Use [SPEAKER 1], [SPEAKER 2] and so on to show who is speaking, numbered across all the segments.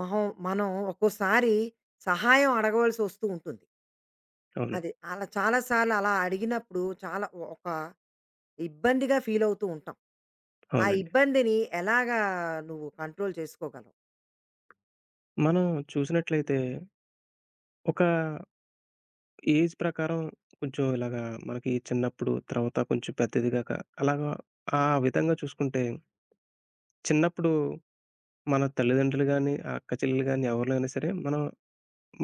[SPEAKER 1] మహం మనం ఒక్కోసారి సహాయం అడగవలసి వస్తూ ఉంటుంది.
[SPEAKER 2] అవునండి.
[SPEAKER 1] అది. అలా చాలా సార్లు అలా అడిగినప్పుడు చాలా ఒక ఇబ్బందిగా ఫీలవుతూ ఉంటాం. ఆ
[SPEAKER 2] అవునండి.
[SPEAKER 1] ఇబ్బందిని ఎలాగా నువ్వు కంట్రోల్ చేసుకోగలవు?
[SPEAKER 2] మనం చూసినట్లయితే ఒక ఏజ్ ప్రకారం కొంచెం ఇలాగా మనకి చిన్నప్పుడు, తర్వాత కొంచెం పెద్దదిగాక అలాగా ఆ విధంగా చూసుకుంటే చిన్నప్పుడు మన తల్లిదండ్రులు గాని, ఆ అక్క చెల్లెలు గాని ఎవరినైనా సరే మనం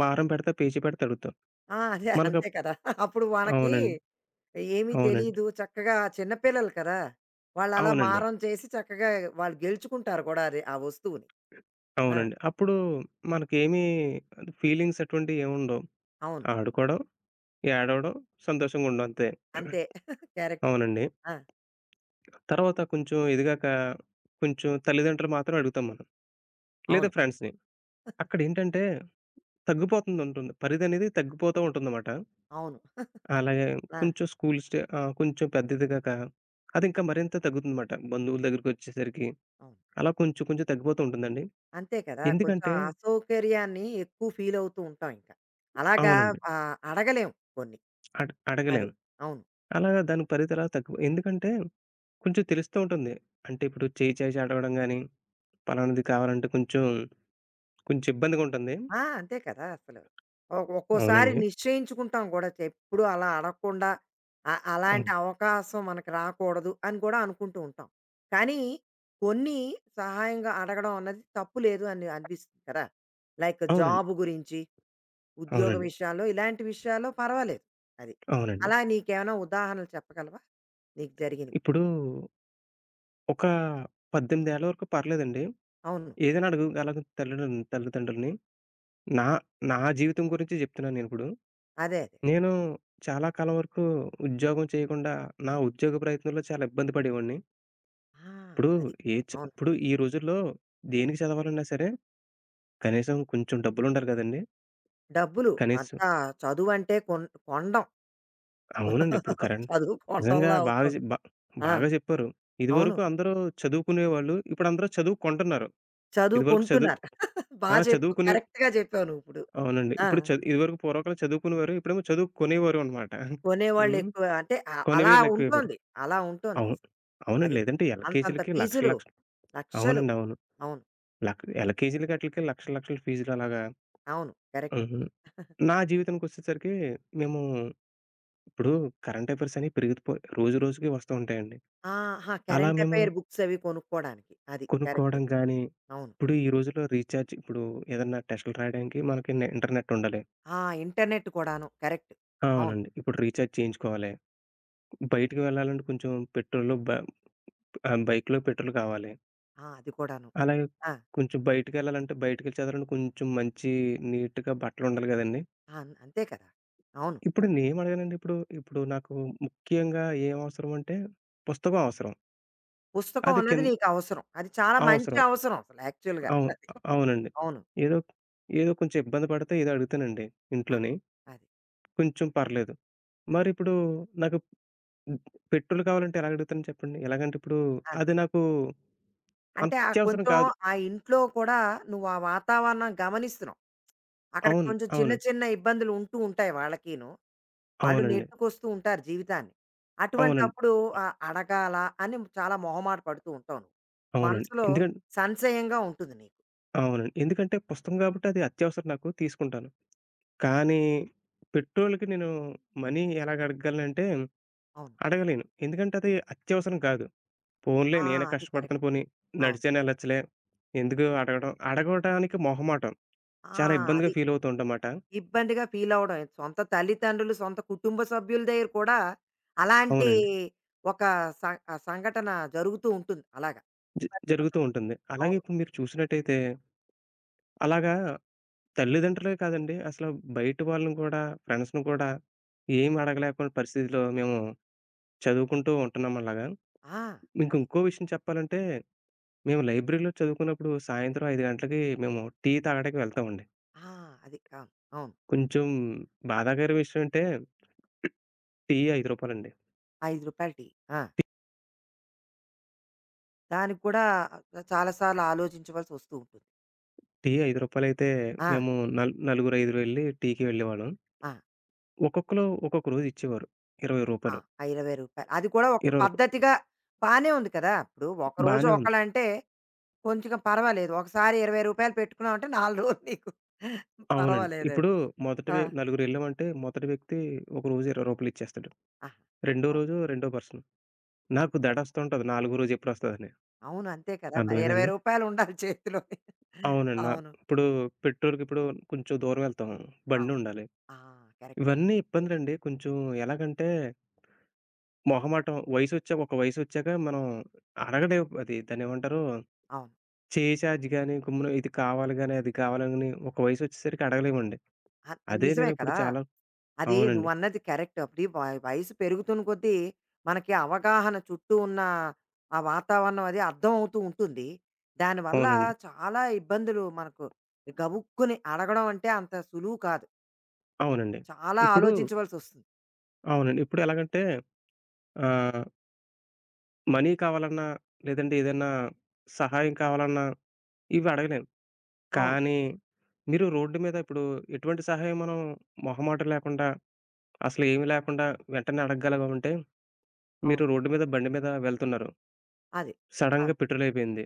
[SPEAKER 2] మారం పెడితే, పేచీ పెడితే అడుగుతాం.
[SPEAKER 1] ఆ, అదే అంతే
[SPEAKER 2] మనకప్
[SPEAKER 1] కదా! అప్పుడు మనకి
[SPEAKER 2] అవునండి.
[SPEAKER 1] ఏమీ
[SPEAKER 2] అవునండి.
[SPEAKER 1] తెలీదు. చక్కగా చిన్న పిల్లలు కదా! వాళ్ళలా
[SPEAKER 2] అవునండి.
[SPEAKER 1] మారం చేసి చక్కగా వాళ్ళు గెలుచుకుంటారు కూడా అది ఆ వస్తువుని. ఆ!
[SPEAKER 2] అవునండి. అప్పుడు మనకేమీ ఫీలింగ్స్ అటువంటివి ఏముండవు.
[SPEAKER 1] అవును.
[SPEAKER 2] ఆడుకోవడం, ఏడవడం, సంతోషంగా ఉండడం అంతే.
[SPEAKER 1] అంతే. కరెక్ట్.
[SPEAKER 2] అవునండి.
[SPEAKER 1] ఆ!
[SPEAKER 2] తర్వాత కొంచెం ఎదిగాక కొంచెం తల్లిదండ్రులు మాత్రం అడుగుతాం మనం. లేదా
[SPEAKER 1] అవును.
[SPEAKER 2] ఫ్రెండ్స్‌ని. అక్కడేంటంటే తగ్గిపోతుందుంటుంది. పరిధనేది తగ్గిపోతూ ఉంటుందమాట.
[SPEAKER 1] అవును.
[SPEAKER 2] అలాగే
[SPEAKER 1] ఆ!
[SPEAKER 2] కొంచెం స్కూల్ స్టే కొంచెం పెద్ద ఎదిగాక అదింకా మరింత తగ్గుతుందమాట. బంధువుల దగ్గరికొచ్చేసరికి
[SPEAKER 1] అవును.
[SPEAKER 2] అలా కొంచెం కొంచెం తగ్గిపోతూ ఉంటుందండి.
[SPEAKER 1] అంతే కదా! కొంచెం
[SPEAKER 2] ఎందుకంటే
[SPEAKER 1] అసౌకర్యాన్ని ఎక్కువ ఫీల్ అవుతూ ఉంటాం ఇంకా. అలాగా
[SPEAKER 2] అవునండి.
[SPEAKER 1] అడగలేం కొన్ని.
[SPEAKER 2] అడగలేం.
[SPEAKER 1] అది. అవును.
[SPEAKER 2] అలాగా దాని పరిధి అలా తగ్గిపో ఎందుకంటే కొంచెం తెలుస్తూ ఉంటుంది. అంటే ఇప్పుడు చేయి చేసి అడగడం గాని, పలానాది కావాలంటే కొంచెం కొంచెం ఇబ్బందిగా ఉంటుంది.
[SPEAKER 1] ఆ! అంతే కదా! అసలు. ఒక్కోసారి
[SPEAKER 2] అవునండి.
[SPEAKER 1] నిశ్చయించుకుంటాం గూడా ఎప్పుడూ అలా అడగకుండా అ
[SPEAKER 2] అవును.
[SPEAKER 1] అలాంటి అవకాశం మనకు రాకూడదు అని కూడా అనుకుంటూ ఉంటాం. కానీ కొన్ని సహాయంగా అడగడం అన్నది తప్పు లేదు అని అనిపిస్తుంది కదా! లైక్
[SPEAKER 2] అవునండి.
[SPEAKER 1] జాబ్ గురించి, ఉద్యోగ
[SPEAKER 2] అవునండి.
[SPEAKER 1] విషయాల్లో ఇలాంటి విషయాల్లో పర్వాలేదు. అది.
[SPEAKER 2] అవునండి.
[SPEAKER 1] అలా నీకేమైనా ఉదాహరణలు చెప్పగలవా? నీకు జరిగినవి?
[SPEAKER 2] ఇప్పుడు ఒక 18 ఏళ్ల వరకు పర్లేదండి.
[SPEAKER 1] అవును.
[SPEAKER 2] ఏదైనా అడగగలను తల్లిదండ్రులని తల్లిదండ్రులని. నా
[SPEAKER 1] అవును.
[SPEAKER 2] నా జీవితం గురించి జెప్తున్నాను నేనిప్పుడు.
[SPEAKER 1] అదే. అదే.
[SPEAKER 2] నేను
[SPEAKER 1] అదే.
[SPEAKER 2] చాలా కాలం వరకు ఉద్యోగం చేయకుండా నా ఉద్యోగ ప్రయత్నంలో చాలా ఇబ్బంది పడేవాడిని.
[SPEAKER 1] ఆ!
[SPEAKER 2] ఇప్పుడు
[SPEAKER 1] అది.
[SPEAKER 2] ఏ చ
[SPEAKER 1] అవును.
[SPEAKER 2] ఇప్పుడు ఈ రోజుల్లో దేనికి చదవాలన్నా సరే కనీసం కొంచెం డబ్బులుండాలి గదండీ!
[SPEAKER 1] డబ్బులు
[SPEAKER 2] కనీసం
[SPEAKER 1] అంతా చదువంటే కొండం.
[SPEAKER 2] అవునండి. ఇప్పుడు కరెంట్
[SPEAKER 1] చదువు
[SPEAKER 2] నిజంగా
[SPEAKER 1] కొండంలా
[SPEAKER 2] బాగా జె
[SPEAKER 1] అవుతోంది.
[SPEAKER 2] బ
[SPEAKER 1] ఆ!
[SPEAKER 2] బాగా జెప్పారు.
[SPEAKER 1] అవును.
[SPEAKER 2] ఇదివరకు అందరూ చదువుకునేవాళ్ళు. ఇప్పుడందరూ చదువుకుంటున్నారు. ఇదివరకు చదువు కొంటున్నారు.
[SPEAKER 1] చదువు
[SPEAKER 2] ఇది వరకు చదువు
[SPEAKER 1] కొంటున్నారు. బా
[SPEAKER 2] ఆ!
[SPEAKER 1] చెప్పావు.
[SPEAKER 2] చదువుకునే
[SPEAKER 1] కరెక్ట్‌గా చెప్పావు నువ్విప్పుడు.
[SPEAKER 2] అవునండి.
[SPEAKER 1] ఆ!
[SPEAKER 2] ఇప్పుడు ఇదివరకు పూర్వకాలం చదువుకునేవారు. ఇప్పుడేమో చదువు కొనేవారు అనమాట. హ్మ్.
[SPEAKER 1] కొనేవాళ్ళెక్కువ. అంటే అలా
[SPEAKER 2] కొనివేళ్ళు ఎక్కువైపోయారు.
[SPEAKER 1] ఉంటోంది. అలా ఉంటోంది
[SPEAKER 2] అవును.
[SPEAKER 1] అసలు.
[SPEAKER 2] అవునండి.
[SPEAKER 1] అది.
[SPEAKER 2] లేదంటే
[SPEAKER 1] అంతంత
[SPEAKER 2] ఎల్‌కేజీలకి లక్షలు
[SPEAKER 1] ఫీజులు.
[SPEAKER 2] లక్ష
[SPEAKER 1] లక్షలు.
[SPEAKER 2] అవునండి. అవును.
[SPEAKER 1] అవును.
[SPEAKER 2] ఎల్‌కేజీలకి ఆటిలకి లక్షల లక్షలు ఫీజులు అలాగా.
[SPEAKER 1] అవును. కరెక్ట్.
[SPEAKER 2] హుహు. నా జీవితానికొచ్చేసరికి మేము ఇప్పుడు కరెంట్ అఫైర్స్ అనేవి పెరిగిపో రోజు రోజుకి వస్తూ ఉంటాయండి.
[SPEAKER 1] ఆ! ఆహా!
[SPEAKER 2] అలా
[SPEAKER 1] కరెంట్
[SPEAKER 2] మేము
[SPEAKER 1] అఫైర్ బుక్స్ అవి కొనుక్కోడానికి. అది. కరెక్ట్.
[SPEAKER 2] కొనుక్కోవడం గానీ,
[SPEAKER 1] అవును.
[SPEAKER 2] ఇప్పుడు ఈ రోజుల్లో రీచార్జ్ ఇప్పుడు ఏదన్నా టెస్ట్‌లు రాయడానికి మనకి ఇంటర్నెట్ ఉండాలి.
[SPEAKER 1] ఆ! ఇంటర్నెట్ కూడాను. కరెక్ట్. అవును.
[SPEAKER 2] అవునండి. ఇప్పుడు రీచార్జ్ చేయించుకోవాలి. బయటికి వెళ్ళాలంటే కొంచెం పెట్రోల్ బ ఆ! బైక్‌లో పెట్రోల్ కావాలి.
[SPEAKER 1] ఆ! అది కూడాను.
[SPEAKER 2] అలాగే
[SPEAKER 1] ఆ!
[SPEAKER 2] కొంచెం బయటికెళ్ళాలంటే బయటికెళ్ళి చదవాలంటే కొంచెం మంచి నీట్‌గా బట్టలుండాలి గదండీ!
[SPEAKER 1] ఆ, అంతే కదా! అవును.
[SPEAKER 2] ఇప్పుడు నేనేమడగానండి ఇప్పుడు, ఇప్పుడు నాకు ముఖ్యంగా ఏం అవసరం అంటే పుస్తకం అవసరం.
[SPEAKER 1] పుస్తకం
[SPEAKER 2] అది
[SPEAKER 1] అన్నది
[SPEAKER 2] కిన్
[SPEAKER 1] నీకు అవసరం. అది చాలా మంచి
[SPEAKER 2] అవసరం.
[SPEAKER 1] అవసరం అసలు యాక్చువల్‌గా.
[SPEAKER 2] అవును.
[SPEAKER 1] అది.
[SPEAKER 2] అవునండి.
[SPEAKER 1] అవును.
[SPEAKER 2] ఏదో, ఏదో కొంచెం ఇబ్బంది పడితే ఏదో అడుగుతానండి
[SPEAKER 1] ఆ!
[SPEAKER 2] ఇంట్లోని.
[SPEAKER 1] అది.
[SPEAKER 2] కొంచెం పర్లేదు.
[SPEAKER 1] ఆ!
[SPEAKER 2] మరిప్పుడు నాకు పెట్రోల్ కావాలంటే ఎలా అడుగుతాను చెప్పండి? ఎలాగంటే ఇప్పుడు
[SPEAKER 1] ఆ!
[SPEAKER 2] అది నాకు
[SPEAKER 1] అంటే ఆ
[SPEAKER 2] అత్యవసరం
[SPEAKER 1] కొంచెం
[SPEAKER 2] కాదు.
[SPEAKER 1] ఆ ఇంట్లో కూడా నువ్వు ఆ వాతావరణం గమనిస్తున్నావు. అక్కడ
[SPEAKER 2] అవును.
[SPEAKER 1] కొంచెం చిన్న
[SPEAKER 2] అవును.
[SPEAKER 1] చిన్న ఇబ్బందులు ఉంటూ ఉంటాయి వాళ్ళకీను. వాళ్ళు
[SPEAKER 2] అవునండి.
[SPEAKER 1] నెట్టుకొస్తూ ఉంటారు జీవితాన్ని.
[SPEAKER 2] అవునండి.
[SPEAKER 1] అటువంటప్పుడు అడగాలా అని చాలా మొహమాట పడుతూ ఉంటావు నువ్వు.
[SPEAKER 2] అవునండి.
[SPEAKER 1] మనసులో సంశయంగా ఉంటుంది నీకు.
[SPEAKER 2] అవునండి. ఎందుకంటే పుస్తకం గాబట్టి అది అత్యవసరం నాకు తీసుకుంటాను. కానీ పెట్రోల్‌కి నేను మనీ ఎలాగ అడగగలనంటే
[SPEAKER 1] అవును.
[SPEAKER 2] అడగలేను. ఎందుకంటే అది అత్యవసరం కాదు. పోన్లే
[SPEAKER 1] ఆ!
[SPEAKER 2] నేనే
[SPEAKER 1] అది కరెక్ట్.
[SPEAKER 2] కష్టపడతాను పోనీ
[SPEAKER 1] అవును.
[SPEAKER 2] నడిచైనా ఎళ్ళొచ్చులే. ఎందుకు అడగడం? అడగడానికి మొహమాటం.
[SPEAKER 1] ఆ!
[SPEAKER 2] చాలా ఇబ్బందిగా
[SPEAKER 1] అది
[SPEAKER 2] ఫీల్ అవుతూ ఉంటామాట.
[SPEAKER 1] ఇబ్బందిగా ఫీలవ్వడం. సొంత తల్లిదండ్రులు, సొంత కుటుంబ సభ్యుల దగ్గర కూడా అలాంటి
[SPEAKER 2] అవునండి.
[SPEAKER 1] ఒక స సంఘటన జరుగుతూ ఉంటుంది. అలాగా.
[SPEAKER 2] జ జరుగుతూ
[SPEAKER 1] పడిపోతాం.
[SPEAKER 2] ఉంటుంది. అలాగే
[SPEAKER 1] అవును.
[SPEAKER 2] ఇప్పుడు మీరు చూసినట్టయితే అలాగా తల్లిదండ్రులే కాదండి అసలు బయట వాళ్ళని కూడా ఫ్రెండ్స్‌ని కూడా ఏమి అడగలేకుండా పరిస్థితిలో మేము చదువుకుంటూ ఉంటున్నాం అలాగా.
[SPEAKER 1] ఆ!
[SPEAKER 2] మీకు
[SPEAKER 1] అది.
[SPEAKER 2] ఇంకో విషయం చెప్పాలంటే, మేము లైబ్రరీలో చదువుకున్నప్పుడు సాయంత్రం 5 గంటలకి మేము టీ తాగడానికి వెళ్తామండి.
[SPEAKER 1] ఆ! అది. అవును. అవును.
[SPEAKER 2] కొంచెం బాధాకరం విషయం అంటే టీ రూ. 5 అండి.
[SPEAKER 1] రూ. 5 టీ. ఆ! దానికి కూడా చాలా సార్లు ఆలోచించవలసి వస్తూ ఉంటుంది.
[SPEAKER 2] టీ రూ. 5 అయితే
[SPEAKER 1] ఆ!
[SPEAKER 2] మేము నలుగురు, ఐదుగురు ఎళ్లి టీకి వెళ్ళేవాళ్ళం.
[SPEAKER 1] ఆ!
[SPEAKER 2] ఒక్కొక్కళ్ళు ఒక్కొక్క రోజు ఇచ్చేవారు. రూ. 20.
[SPEAKER 1] ఆ!
[SPEAKER 2] రూ.
[SPEAKER 1] ఆ రూ. 20 అది కూడా ఒక
[SPEAKER 2] 20
[SPEAKER 1] పద్ధతిగా బానే ఉంది కదా! ఇప్పుడు ఒకరోజు
[SPEAKER 2] బానే ఉంది.
[SPEAKER 1] ఒకలంటే కొంచెం పర్వాలేదు. ఒకసారి రూ. 20 పెట్టుకున్నావంటే 4 రోజులు నీకు
[SPEAKER 2] అవునండి.
[SPEAKER 1] పర్వాలేదది.
[SPEAKER 2] ఇప్పుడు మొదటి
[SPEAKER 1] ఆ!
[SPEAKER 2] వ్య నలుగురు ఎళ్ళామంటే మొదటి వ్యక్తి ఒక రోజు రూ. 20 ఇచ్చేస్తాడు.
[SPEAKER 1] ఆహా!
[SPEAKER 2] రెండో
[SPEAKER 1] అవును.
[SPEAKER 2] రోజు రెండో పర్సన్. నాకు దడ వస్తూ ఉంటది నాలుగో రోజు ఎప్పుడొస్తదని.
[SPEAKER 1] అవును. అంతే కదా! మరి రూ.
[SPEAKER 2] అర్థమైందండి?
[SPEAKER 1] 20 ఉండాలి చేతిలో.
[SPEAKER 2] అవునండి. నా
[SPEAKER 1] అవును.
[SPEAKER 2] ఇప్పుడు పెట్రోల్‌కిప్పుడు కొంచెం దూరం వెళ్తాం.
[SPEAKER 1] అవును.
[SPEAKER 2] బండుండాలి.
[SPEAKER 1] ఆ! కరెక్ట్.
[SPEAKER 2] ఇవన్నీ ఇబ్బందులండి. కొంచెం ఎలాగంటే, మొహమాటం వయసొచ్చాక ఒక వయసొచ్చాక మనం అడగలేం అది. దాన్నేమంటారు?
[SPEAKER 1] అవును.
[SPEAKER 2] చేయి చార్జ్ గాని, గమ్మున ఇది కావాలి గాని, అది కావాలని ఒక వయసొచ్చేసరికి అడగలేమండి.
[SPEAKER 1] అది
[SPEAKER 2] అదే
[SPEAKER 1] నిజమే
[SPEAKER 2] నేనిప్పుడు
[SPEAKER 1] కదా!
[SPEAKER 2] చాలా
[SPEAKER 1] అది
[SPEAKER 2] అవునండి.
[SPEAKER 1] నువ్వన్నది కరెక్ట్. అప్పుడీ వయసు పెరుగుతున్న కొద్దీ మనకి అవగాహన చుట్టూ ఉన్న ఆ వాతావరణం అది అర్థం అవుతూ ఉంటుంది. దానివల్ల
[SPEAKER 2] అవునండి.
[SPEAKER 1] చాలా ఇబ్బందులు మనకు గబుక్కుని అడగడం అంటే అంత సులువు కాదు.
[SPEAKER 2] అవునండి.
[SPEAKER 1] చాలా
[SPEAKER 2] ఇప్పుడు
[SPEAKER 1] ఆలోచించవలసొస్తుంది.
[SPEAKER 2] అవునండి. ఇప్పుడు ఎలాగంటే ఆహ్, మనీ కావాలన్నా, లేదంటే ఏదన్నా సహాయం కావాలన్నా ఇవి అడగలేం.
[SPEAKER 1] అవును.
[SPEAKER 2] కానీ, మీరు రోడ్డు మీద ఇప్పుడు ఎటువంటి సహాయం మనం మొహమాటం లేకుండా, అసలేమి లేకుండా వెంటనే అడగగలమంటే,
[SPEAKER 1] అవును.
[SPEAKER 2] మీరు రోడ్డు మీద బండి మీద వెళ్తున్నారు.
[SPEAKER 1] అది. ఆ!
[SPEAKER 2] సడెన్‌గా పెట్రోల్ అయిపోయింది.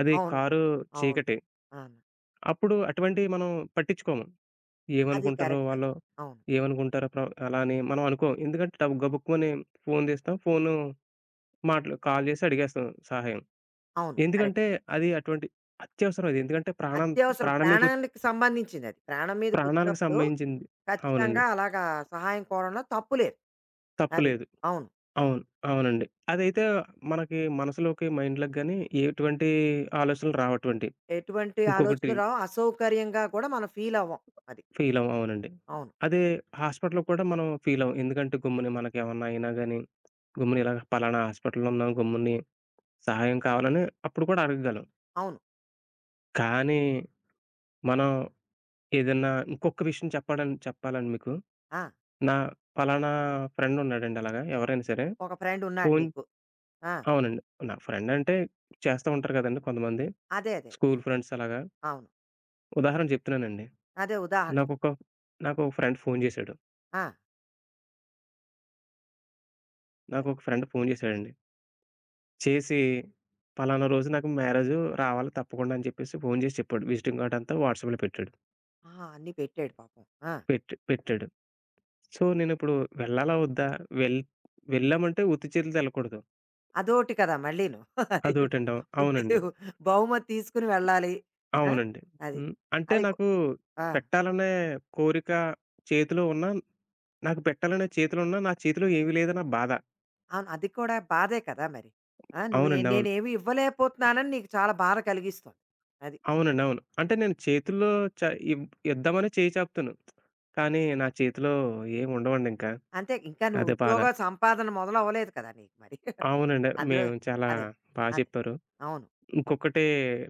[SPEAKER 2] అది
[SPEAKER 1] అవును.
[SPEAKER 2] కారు
[SPEAKER 1] అవును.
[SPEAKER 2] చీకటి.
[SPEAKER 1] అవును.
[SPEAKER 2] అప్పుడు అటువంటివి మనం పట్టించుకోము.
[SPEAKER 1] అది
[SPEAKER 2] ఏమనుకుంటారో
[SPEAKER 1] కరెక్ట్.
[SPEAKER 2] వాళ్ళు,
[SPEAKER 1] అవును.
[SPEAKER 2] ఏమనుకుంటారో అలా అని మనం అనుకోం. ఎందుకంటే గబుక్కుమని ఫోను తీస్తాం. ఫోను కాల్ చేసి అడిగేస్తాం సహాయం.
[SPEAKER 1] అవును. కరెక్ట్.
[SPEAKER 2] ఎందుకంటే అది అటువంటి అత్యవసరం అది. ఎందుకంటే ప్రాణం
[SPEAKER 1] అత్యవసరం.
[SPEAKER 2] ప్రాణం మీదకొ
[SPEAKER 1] ప్రాణానికి సంబంధించిందది. ప్రాణం
[SPEAKER 2] ప్రాణాలకు
[SPEAKER 1] మీదకొచ్చినప్పుడు
[SPEAKER 2] సంబంధించింది. అవునండి.
[SPEAKER 1] ఖచ్చితంగా అలాగా సహాయం కోరడంలో తప్పు లేదు. అది.
[SPEAKER 2] తప్పులేదు.
[SPEAKER 1] అవును.
[SPEAKER 2] అవును. అవునండి. అదైతే మనకి మనసులోకి, మైండ్‌లోకి గాని ఎటువంటి ఆలోచనలు రావటువంటి.
[SPEAKER 1] ఎటువంటి
[SPEAKER 2] ఇంకొకటి
[SPEAKER 1] ఆలోచనలు రావు. అసౌకర్యంగా కూడా మనం ఫీలవ్వం. అది.
[SPEAKER 2] ఫీలవ్వం. అవునండి.
[SPEAKER 1] అవును.
[SPEAKER 2] అదే హాస్పిటల్‌లో కూడా మనం ఫీలవ్వం. ఎందుకంటే గమ్మున మనకేమన్నా అయినా గాని, గమ్మున ఇలాగ పలానా హాస్పిటల్‌లో ఉన్నాను గమ్ముని సహాయం కావాలని అప్పుడు కూడా అడగగలం.
[SPEAKER 1] అవును.
[SPEAKER 2] కానీ మనం ఏదన్నా ఇంకొక విషయం చెప్పాలండి మీకు.
[SPEAKER 1] ఆ!
[SPEAKER 2] నా పలానా ఫ్రెండున్నాడండి అలాగా ఎవరైనా సరే
[SPEAKER 1] ఒక ఫ్రెండున్నాడు
[SPEAKER 2] ఫోను
[SPEAKER 1] నీకు. ఆ!
[SPEAKER 2] అవునండి. నా ఫ్రెండంటే చేస్తా ఉంటారు కదండీ కొంతమంది.
[SPEAKER 1] అదే. అదే.
[SPEAKER 2] స్కూలు ఫ్రెండ్స్ అలాగా.
[SPEAKER 1] అవును.
[SPEAKER 2] ఉదాహరణ చెప్తున్నానండి.
[SPEAKER 1] అదే ఉదాహరణ. చెప్పు.
[SPEAKER 2] నాకొక నాకొక ఫ్రెండ్ ఫోను జేశాడు.
[SPEAKER 1] ఆ! అది.
[SPEAKER 2] నాకొక ఫ్రెండ్ ఫోను జేశాడండి. చేసి, "పలానా రోజు నాకు మ్యారేజు రావాలి తప్పకుండా" అని చెప్పేసి ఫోను జేసి చెప్పాడు. విజిటింగ్ కార్డ్ అంతా వాట్సాప్‌లో పెట్టాడు.
[SPEAKER 1] ఆ! అన్నీ పెట్టాడు పాపం. ఆ!
[SPEAKER 2] పెట్టాడు. సో, నేనిప్పుడు వెళ్ళాలా వద్దా? వెళ్ వెళ్ళామంటే ఉత్తి చేతులతో ఎళ్ళకూడదు.
[SPEAKER 1] అదోటి కదా మళ్ళీను. అది
[SPEAKER 2] అదోటండి.
[SPEAKER 1] ఉట్టి
[SPEAKER 2] అవునండి.
[SPEAKER 1] బహుమతి తీసుకుని వెళ్ళాలి. ఆ!
[SPEAKER 2] అవునండి.
[SPEAKER 1] అది.
[SPEAKER 2] హ్మ్. అంటే
[SPEAKER 1] అది
[SPEAKER 2] నాకు
[SPEAKER 1] ఆ!
[SPEAKER 2] పెట్టాలనే కోరిక చేతిలో ఉన్నా, నాకు పెట్టాలనే చేతిలో ఉన్నా, నా చేతిలో ఏమీ లేదన్న బాధ.
[SPEAKER 1] అవును. అది కూడా బాధే కదా మరి. ఆ! నువ్వు
[SPEAKER 2] అవునండి. అవును.
[SPEAKER 1] నేనేమి ఇవ్వలేకపోతున్నానని నీకు చాలా బాధ కలిగిస్తుంది. అది.
[SPEAKER 2] అవునండి. అవును. అంటే నేను చేతుల్లో చ ఇవ్ ఇద్దామని చేయి చాపుతాను. కానీ నా చేతిలో ఏమి ఉండవండింకా.
[SPEAKER 1] అంతే ఇంకా నువ్వు
[SPEAKER 2] అదే బాధ.
[SPEAKER 1] ఉద్యోగ సంపాదన మొదలవ్వలేదు కదా నీకు మరి.
[SPEAKER 2] అవునండి.
[SPEAKER 1] అందులో
[SPEAKER 2] మేము చాలా
[SPEAKER 1] అదే.
[SPEAKER 2] బా
[SPEAKER 1] అదే.
[SPEAKER 2] చెప్పారు.
[SPEAKER 1] అవును.
[SPEAKER 2] ఇంకొకటి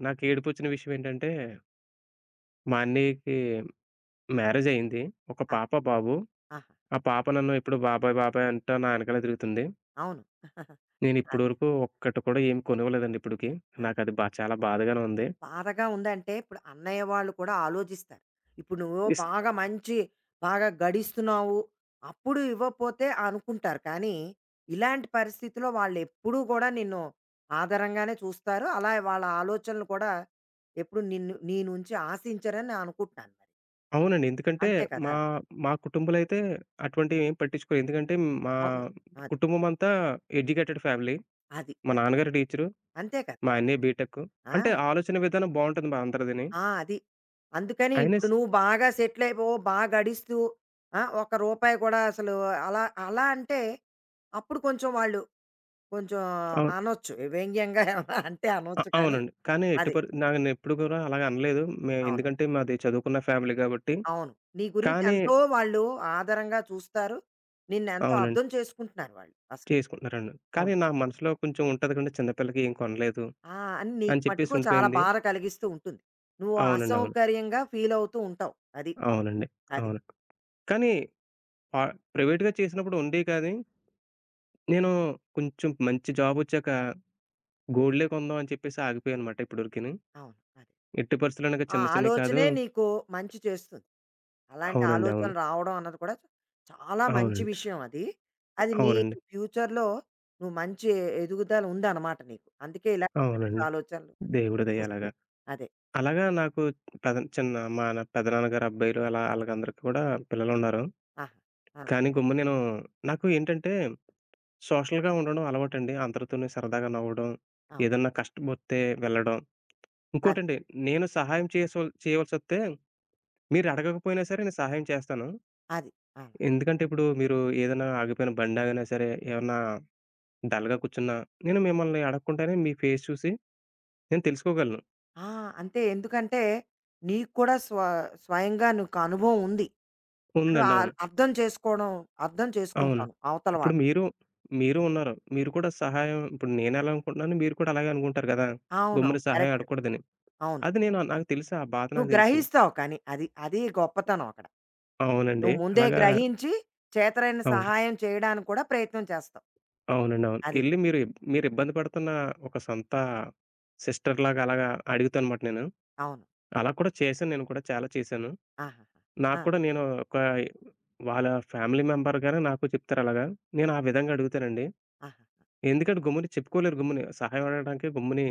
[SPEAKER 2] నాకు ఏడుపొచ్చిన విషయం ఏంటంటే, మా అన్నయ్యకి మ్యారేజ్ అయింది. ఒక
[SPEAKER 1] ఆ!
[SPEAKER 2] పాప, బాబు.
[SPEAKER 1] ఆహా!
[SPEAKER 2] ఆ పాప నన్ను ఎప్పుడు బాబాయ్, బాబాయ్ అంటా నా వెనకాలే తిరుగుతుంది.
[SPEAKER 1] అవును.
[SPEAKER 2] నేను ఇప్పటి
[SPEAKER 1] అదే.
[SPEAKER 2] వరకు ఒక్కటి కూడా ఏమి కొనివ్వలేదండి ఇప్పటికి.
[SPEAKER 1] ఆ!
[SPEAKER 2] నాకది చాలా బాధగానే ఉంది.
[SPEAKER 1] బాధగా ఉందంటే ఇప్పుడు అన్నయ్య వాళ్ళు కూడా ఆలోచిస్తారు. ఇప్పుడు నువ్వు బాగా మంచి బాగా గడిస్తున్నావు. అప్పుడు ఇవ్వకపోతే అనుకుంటారు. కానీ ఇలాంటి పరిస్థితిలో వాళ్ళెప్పుడూ గూడా నిన్ను ఆదరంగానే చూస్తారు. అలా వాళ్ళ ఆలోచనలు కూడా ఎప్పుడు నిన్ను నీ నుంచి ఆశించరని నేను అనుకుంటున్నాను మరి.
[SPEAKER 2] అవునండి. ఎందుకంటే
[SPEAKER 1] అంతే
[SPEAKER 2] మా,
[SPEAKER 1] కదా!
[SPEAKER 2] మా కుటుంబంలో అయితే అటువంటివేం పట్టించుకోరు. ఎందుకంటే మా
[SPEAKER 1] అవును. అది.
[SPEAKER 2] కుటుంబమంతా ఎడ్యుకేటెడ్ ఫ్యామిలీ.
[SPEAKER 1] అది.
[SPEAKER 2] మా
[SPEAKER 1] కరెక్ట్.
[SPEAKER 2] నాన్నగారు టీచరు,
[SPEAKER 1] అంతే
[SPEAKER 2] మా
[SPEAKER 1] కదా!
[SPEAKER 2] అన్నయ్య బీటెక్.
[SPEAKER 1] ఆ!
[SPEAKER 2] అంటే ఆలోచన విధానం బావుంటది మా అందరిదిని.
[SPEAKER 1] ఆ! అది. అందుకని
[SPEAKER 2] అయినా
[SPEAKER 1] ఇప్పుడు
[SPEAKER 2] స్
[SPEAKER 1] నువ్వు బాగా సెటిల్ అయిపోయావు, బా గడిస్తూ ఆ! ఒక్క రూపాయి కూడా అసలు అలా అలా అంటే అప్పుడు కొంచెం వాళ్ళు కొంచెం
[SPEAKER 2] అవును.
[SPEAKER 1] అనొచ్చు. వ్యంగ్యంగా అంటే అనొచ్చు కానీ
[SPEAKER 2] అవునండి. కానీ ఎట్టి
[SPEAKER 1] అది.
[SPEAKER 2] పరి నన్నెప్పుడు కూడా అలాగ అనలేదు.
[SPEAKER 1] అవును.
[SPEAKER 2] ఎందుకంటే మాది చదువుకున్న ఫ్యామిలీ గాబట్టి.
[SPEAKER 1] అవును. నీ గురించి
[SPEAKER 2] కానీ
[SPEAKER 1] ఎంతో వాళ్ళు ఆదరంగా చూస్తారు. నిన్నెంతో
[SPEAKER 2] అవునండి.
[SPEAKER 1] అర్థం చేసుకుంటున్నారు వాళ్ళు అసలు.
[SPEAKER 2] చేసుకుంటున్నారండి. కానీ
[SPEAKER 1] అవును.
[SPEAKER 2] నా మనసులో కొంచెం ఉంటది కదండీ చిన్న పిల్లకి ఏం కొనలేదు
[SPEAKER 1] ఆ! అని నీకు
[SPEAKER 2] అని చెప్పేసి
[SPEAKER 1] మట్టుకు చాలా
[SPEAKER 2] ఉండిపోయింది.
[SPEAKER 1] బాధ కలిగిస్తూ ఉంటుంది. నువ్వు
[SPEAKER 2] అవునండి. అవును.
[SPEAKER 1] అసౌకర్యంగా ఫీల్ అవుతూ ఉంటావు. అది పాపం.
[SPEAKER 2] అవునండి.
[SPEAKER 1] అది.
[SPEAKER 2] అవును. కానీ ప్రైవేట్‌గా చేసినప్పుడు ఉండేయి కానీ నేను కొంచెం మంచి జాబొచ్చాక గోల్డే కొందాం అని చెప్పేసి ఆగిపోయానమాట ఇప్పటివరకిని.
[SPEAKER 1] అవును. అది.
[SPEAKER 2] ఎట్టి పరిస్థితుల్లోను ఇక
[SPEAKER 1] ఆ
[SPEAKER 2] చిన్న చిన్నయి కాదు
[SPEAKER 1] ఆలోచనే నీకు మంచి చేస్తుంది. అలాంటి
[SPEAKER 2] అవునండి. అవును.
[SPEAKER 1] ఆలోచనలు రావడం అన్నది కూడా చాలా మంచి
[SPEAKER 2] అవునండి.
[SPEAKER 1] విషయం అది. అది నీ
[SPEAKER 2] అవునండి.
[SPEAKER 1] ఫ్యూచర్‌లో నువ్వు మంచి ఎదుగుదల ఉందన్నమాట నీకు. అందుకే ఇలాంటి మంచి
[SPEAKER 2] అవునండి.
[SPEAKER 1] ఆలోచనలు
[SPEAKER 2] దేవుడి దయ అలాగా.
[SPEAKER 1] వస్తున్నాయి. అదే.
[SPEAKER 2] అలాగా నాకు పెద చిన్న మా న పెదనాన్నగారు అబ్బాయిలు అలా ఆళ్ళకందరికి కూడా పిల్లలున్నారు.
[SPEAKER 1] ఆహా! ఆ!
[SPEAKER 2] కానీ గమ్మున నేను నాకు ఏంటంటే సోషల్‌గా ఉండడం అలవాటండి. అందరితోని సరదాగా నవ్వడం,
[SPEAKER 1] అవును.
[SPEAKER 2] ఏదన్నా కష్టమొత్తే వెళ్ళడం.
[SPEAKER 1] అది.
[SPEAKER 2] ఇంకోటండి నేను సహాయం చేయవలసొస్తే మీరు అడగకపోయినా సరే నేను సహాయం చేస్తాను.
[SPEAKER 1] అది. అలా.
[SPEAKER 2] ఎందుకంటే ఇప్పుడు మీరు ఏదైనా ఆగిపోయిన బండాగినా సరే, ఏమన్నా డల్‌గా కూర్చున్నా, నేను మిమ్మల్ని అడగకుండానే మీ ఫేస్ చూసి నేను తెలుసుకోగలను.
[SPEAKER 1] ఆ! అంతే ఎందుకంటే నీకు కూడా స్వయంగా నీకు అనుభవం ఉంది. నువ్వు
[SPEAKER 2] ఉందండి. అవును.
[SPEAKER 1] ఆల్ అర్థం చేసుకోవడం అర్థం
[SPEAKER 2] అవును.
[SPEAKER 1] చేసుకుంటావు అవతల
[SPEAKER 2] ఇప్పుడు
[SPEAKER 1] వాళ్ళని.
[SPEAKER 2] మీరు, మీరు ఉన్నారు. మీరు కూడా సహాయం ఇప్పుడు నేనెలా అనుకుంటున్నానో మీరు కూడా అలాగే అనుకుంటారు కదా! గమ్మున
[SPEAKER 1] అవునవును.
[SPEAKER 2] సహాయం
[SPEAKER 1] కరెక్ట్.
[SPEAKER 2] అడగకూడదని.
[SPEAKER 1] అవును.
[SPEAKER 2] అది నేను నాకు తెలుసు. ఆ బాధ
[SPEAKER 1] నువ్వు
[SPEAKER 2] నాకు తెలుసు.
[SPEAKER 1] గ్రహిస్తావు కానీ అది. అది గొప్పతనం అక్కడ.
[SPEAKER 2] అవునండి.
[SPEAKER 1] నువ్వు ముందే
[SPEAKER 2] అలాగా
[SPEAKER 1] గ్రహించి చేతనైన
[SPEAKER 2] అవును.
[SPEAKER 1] సహాయం చేయడానికి కూడా ప్రయత్నం చేస్తావు.
[SPEAKER 2] అవునండి. అవును.
[SPEAKER 1] అది.
[SPEAKER 2] ఎళ్లి మీరు మీరు ఇబ్బంది పడుతున్న ఒక సొంత సిస్టర్‌లాగా అలాగా అడుగుతానమాట నేను.
[SPEAKER 1] అవును.
[SPEAKER 2] అలా కూడా చేశాను. నేను కూడా చాలా చేశాను.
[SPEAKER 1] ఆహాహా!
[SPEAKER 2] నాకు
[SPEAKER 1] ఆ!
[SPEAKER 2] కూడా నేను ఒక వాళ్ళ ఫ్యామిలీ మెంబర్‌గానే నాకు చెప్తారలాగా. నేను ఆ విధంగా అడుగుతానండి.
[SPEAKER 1] ఆహా!
[SPEAKER 2] ఎందుకంటే గమ్ముని చెప్పుకోలేరు గమ్ముని. సహాయం అడగడానికి గమ్ముని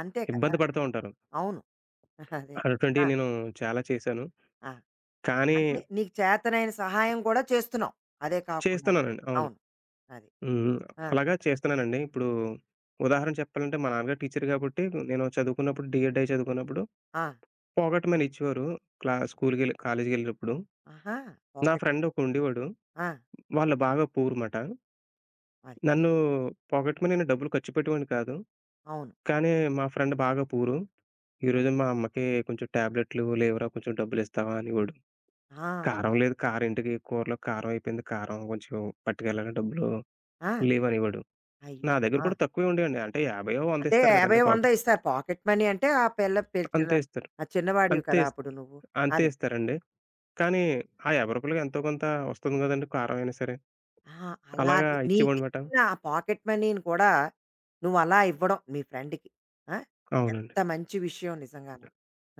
[SPEAKER 1] అంతే కదా!
[SPEAKER 2] ఇబ్బంది పడుతూ ఉంటారు.
[SPEAKER 1] అవును. అదే. ఆ!
[SPEAKER 2] అటువంటివి నేను చాలా చేశాను.
[SPEAKER 1] ఆ!
[SPEAKER 2] కానీ
[SPEAKER 1] అంటే నీకు చేతనైన సహాయం కూడా చేస్తున్నావు. అదే కాకుండా.
[SPEAKER 2] చేస్తున్నానండి. అవును.
[SPEAKER 1] అవును. అది.
[SPEAKER 2] హ్మ్.
[SPEAKER 1] ఆ!
[SPEAKER 2] అలాగా చేస్తున్నానండి. ఇప్పుడు ఉదాహరణ చెప్పాలంటే మా నాన్నగారు టీచర్ కాబట్టి నేను చదువుకున్నప్పుడు డీఎడ్ అయి చదువుకున్నప్పుడు
[SPEAKER 1] ఆ!
[SPEAKER 2] పోగొట్టమని ఇచ్చేవారు. స్కూల్‌కెళ్ళి కాలేజ్‌కెళ్ళేటప్పుడు.
[SPEAKER 1] ఆహా!
[SPEAKER 2] నా
[SPEAKER 1] పాకెట్
[SPEAKER 2] ఫ్రెండ్
[SPEAKER 1] మనీ.
[SPEAKER 2] ఒకడుండేవాడు.
[SPEAKER 1] ఆ!
[SPEAKER 2] వాళ్ళు బాగా పూర్ మాట.
[SPEAKER 1] అది.
[SPEAKER 2] నన్ను పోగొట్టమని నేను డబ్బులు ఖర్చు పెట్టేవాడిని కాదు.
[SPEAKER 1] అవును.
[SPEAKER 2] కానీ మా ఫ్రెండ్ బాగా పూరు. ఈరోజు మా అమ్మకి కొంచెం టాబ్లెట్లు లేవురా కొంచెం డబ్బులిస్తావా అనేవాడు.
[SPEAKER 1] ఆ!
[SPEAKER 2] కారం లేదు కారం ఇంటికి కూరలో కారం అయిపోయింది. కారం కొంచెం పట్టుకెళ్ళాలి డబ్బులు
[SPEAKER 1] ఆ!
[SPEAKER 2] లేవనేవాడు.
[SPEAKER 1] అయ్యో!
[SPEAKER 2] నా దగ్గర
[SPEAKER 1] ఆ!
[SPEAKER 2] కూడా తక్కువే ఉండేయండి. అంటే 50 వందో
[SPEAKER 1] అంటే
[SPEAKER 2] ఇస్తారు
[SPEAKER 1] 50,
[SPEAKER 2] కదండీ
[SPEAKER 1] 100
[SPEAKER 2] పాపం.
[SPEAKER 1] ఇస్తారు. పాకెట్ మనీ అంటే ఆ పిల్ల చిన్న
[SPEAKER 2] అంతే ఇస్తారు.
[SPEAKER 1] ఆ చిన్నవాడివి
[SPEAKER 2] అంతే
[SPEAKER 1] కదా!
[SPEAKER 2] ఇస్
[SPEAKER 1] అప్పుడు నువ్వు.
[SPEAKER 2] అంతే
[SPEAKER 1] అదే.
[SPEAKER 2] ఇస్తారండి. కానీ ఆ రూ. 50 ఎంతో కొంత వస్తుంది కదండీ కారం అయినా సరే.
[SPEAKER 1] ఆ!
[SPEAKER 2] అలాగా
[SPEAKER 1] అలాంటి
[SPEAKER 2] ఇచ్చేవాడినమాట.
[SPEAKER 1] నీకిచ్చిన ఆ పాకెట్ మనీని కూడా నువ్వలా ఇవ్వడం మీ ఫ్రెండ్‌కి. ఆ!
[SPEAKER 2] అవునండి.
[SPEAKER 1] ఎంత మంచి విషయం నిజంగాను.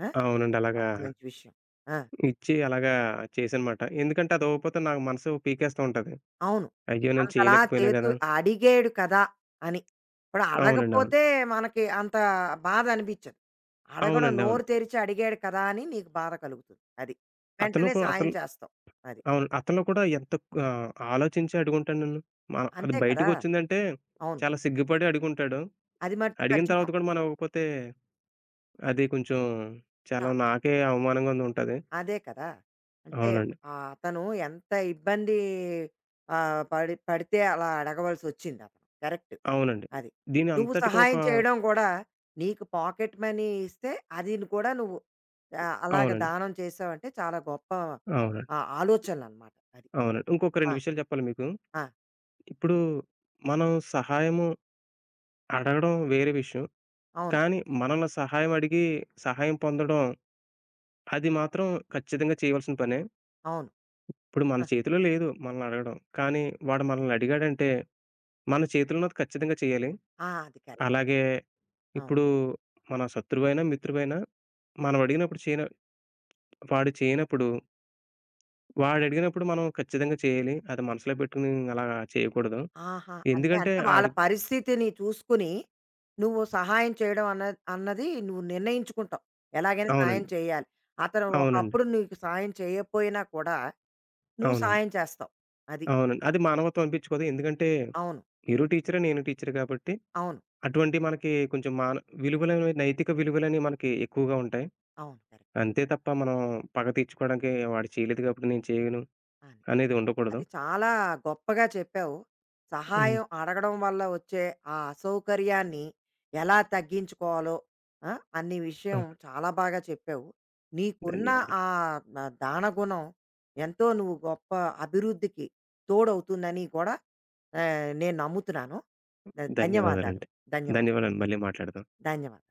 [SPEAKER 1] ఆ!
[SPEAKER 2] అవునండి. అలాగా
[SPEAKER 1] చాలా మంచి విషయం. ఆ!
[SPEAKER 2] ఇచ్చి అలాగా చేశానమాట. ఎందుకంటే అది అవ్వకపోతే నాకు మనసు పీకేస్తూ ఉంటది.
[SPEAKER 1] అవును.
[SPEAKER 2] అయ్యో! నేను
[SPEAKER 1] అంతలా
[SPEAKER 2] చేయలేకపోయినా
[SPEAKER 1] చేతు
[SPEAKER 2] కదా!
[SPEAKER 1] అడిగాడు కదా! అని. ఇప్పుడు
[SPEAKER 2] అవునండి. అవును.
[SPEAKER 1] అడగపోతే మనకి అంత బాధ అనిపించదు. అడగడం
[SPEAKER 2] అవునండి. అవును.
[SPEAKER 1] నోరు తెరిచి అడిగాడు కదా! అని నీకు బాధ కలుగుతుంది. అది.
[SPEAKER 2] అతను
[SPEAKER 1] వెంటనే
[SPEAKER 2] కూడా
[SPEAKER 1] సాయం
[SPEAKER 2] అతను
[SPEAKER 1] చేస్తావు. అది.
[SPEAKER 2] అవును. అతను కూడా ఎంత ఆలోచించి అడుగుంటాడు నన్ను. మ అది
[SPEAKER 1] అంతే కదా!
[SPEAKER 2] బయటకొచ్చిందంటే
[SPEAKER 1] అవును.
[SPEAKER 2] చాలా సిగ్గుపడి అడుగుంటాడు.
[SPEAKER 1] అది మట్టుకు
[SPEAKER 2] అడిగిన తర్వాత
[SPEAKER 1] ఖచ్చితం.
[SPEAKER 2] కూడా మనం ఇవ్వకపోతే అది కొంచెం
[SPEAKER 1] చా
[SPEAKER 2] చాలా నాకే అవమానంగాను ఉంటది.
[SPEAKER 1] అదే కదా! అంటే
[SPEAKER 2] అవునండి.
[SPEAKER 1] అతను ఎంత ఇబ్బంది పడితే అలా అడగవలసొచ్చింది అతను. కరెక్ట్.
[SPEAKER 2] అవునండి.
[SPEAKER 1] అది.
[SPEAKER 2] దీని
[SPEAKER 1] నువ్వు
[SPEAKER 2] అంతటికి ఒక
[SPEAKER 1] సహాయం చేయడం గూడా నీకు పాకెట్ మనీ ఇస్తే అదిని కూడా నువ్వు అలాగ
[SPEAKER 2] అవునండి.
[SPEAKER 1] దానం చేసావంటే చాలా గొప్ప
[SPEAKER 2] అవునండి.
[SPEAKER 1] ఆలోచనలనమాట అది.
[SPEAKER 2] అవునండి. ఇంకొక
[SPEAKER 1] ఆ!
[SPEAKER 2] 2 విషయాలు చెప్పాలి మీకు.
[SPEAKER 1] ఆ!
[SPEAKER 2] ఇప్పుడు మనం సహాయము అడగడం వేరే విషయం.
[SPEAKER 1] అవును.
[SPEAKER 2] కానీ మనల్ని సహాయం అడిగి సహాయం పొందడం అది మాత్రం ఖచ్చితంగా చేయవలసిన పనే.
[SPEAKER 1] అవును.
[SPEAKER 2] ఇప్పుడు మన
[SPEAKER 1] ఆ!
[SPEAKER 2] చేతిలో లేదు మనల్ని అడగడం. కానీ వాడు మనల్ని అడిగాడంటే, మన చేతిలో ఉన్నది ఖచ్చితంగా చేయాలి.
[SPEAKER 1] ఆ! అది కరెక్ట్.
[SPEAKER 2] అలాగే
[SPEAKER 1] అవును.
[SPEAKER 2] ఇప్పుడు మన శత్రువైనా, మిత్రువైనా మనం అడిగినప్పుడు చేయన వాడు చేయనప్పుడు, వాడు అడిగినప్పుడు మనం ఖచ్చితంగా చేయాలి. అది మనసులో పెట్టుకొని అలా చేయకూడదు.
[SPEAKER 1] ఆహా! అంటే,
[SPEAKER 2] ఎందుకంటే
[SPEAKER 1] అంటే వాళ్ళ
[SPEAKER 2] ఆడు
[SPEAKER 1] పరిస్థితిని చూసుకుని, నువ్వు సహాయం చేయడం అన్నది నువ్వు నిర్ణయించుకుంటావు. ఎలాగైనా సాయం
[SPEAKER 2] అవునండి.
[SPEAKER 1] చేయాలి. అతను
[SPEAKER 2] అవునండి.
[SPEAKER 1] ఒకప్పుడు నీకు సాయం చేయకపోయినా కూడా, నువ్వు
[SPEAKER 2] అవునండి.
[SPEAKER 1] సాయం చేస్తావు. అది.
[SPEAKER 2] అవునండి. అది మానవత్వం అనిపించుకోదు. ఎందుకంటే
[SPEAKER 1] అవును.
[SPEAKER 2] మీరు టీచరే, నేను టీచర్ కాబట్టి
[SPEAKER 1] అవును.
[SPEAKER 2] అటువంటి మనకి కొంచెం మాన విలువలనేవి నైతిక విలువలని మనకి ఎక్కువగా ఉంటాయి.
[SPEAKER 1] అవును. కరెక్ట్.
[SPEAKER 2] అంతే తప్ప మనం పగ తీర్చుకోవడానికి వాడు చేయలేదు కాబట్టి నేను చేయను
[SPEAKER 1] అది.
[SPEAKER 2] అనేది ఉండకూడదు.
[SPEAKER 1] అది చాలా గొప్పగా చెప్పావు.
[SPEAKER 2] హ్మ్.
[SPEAKER 1] సహాయం అడగడం వల్ల వచ్చే ఆ అసౌకర్యాన్ని ఎలా తగ్గించుకోవాలో ఆ! అన్ని
[SPEAKER 2] ఆ!
[SPEAKER 1] విషయం చాలా బాగా చెప్పావు. నీకున్న ఆ
[SPEAKER 2] ధన్యవాదాలు.
[SPEAKER 1] న దానగుణం ఎంతో నువ్వు గొప్ప అభివృద్ధికి తోడవుతుందని కూడా నేను నమ్ముతున్నాను. ధన్యవాదాలు.
[SPEAKER 2] ధన్యవాదాలండి.
[SPEAKER 1] ధన్యవాదాలు.
[SPEAKER 2] ధన్యవాదాలు. మళ్ళీ మాట్లాడదాం.
[SPEAKER 1] ధన్యవాదాలు.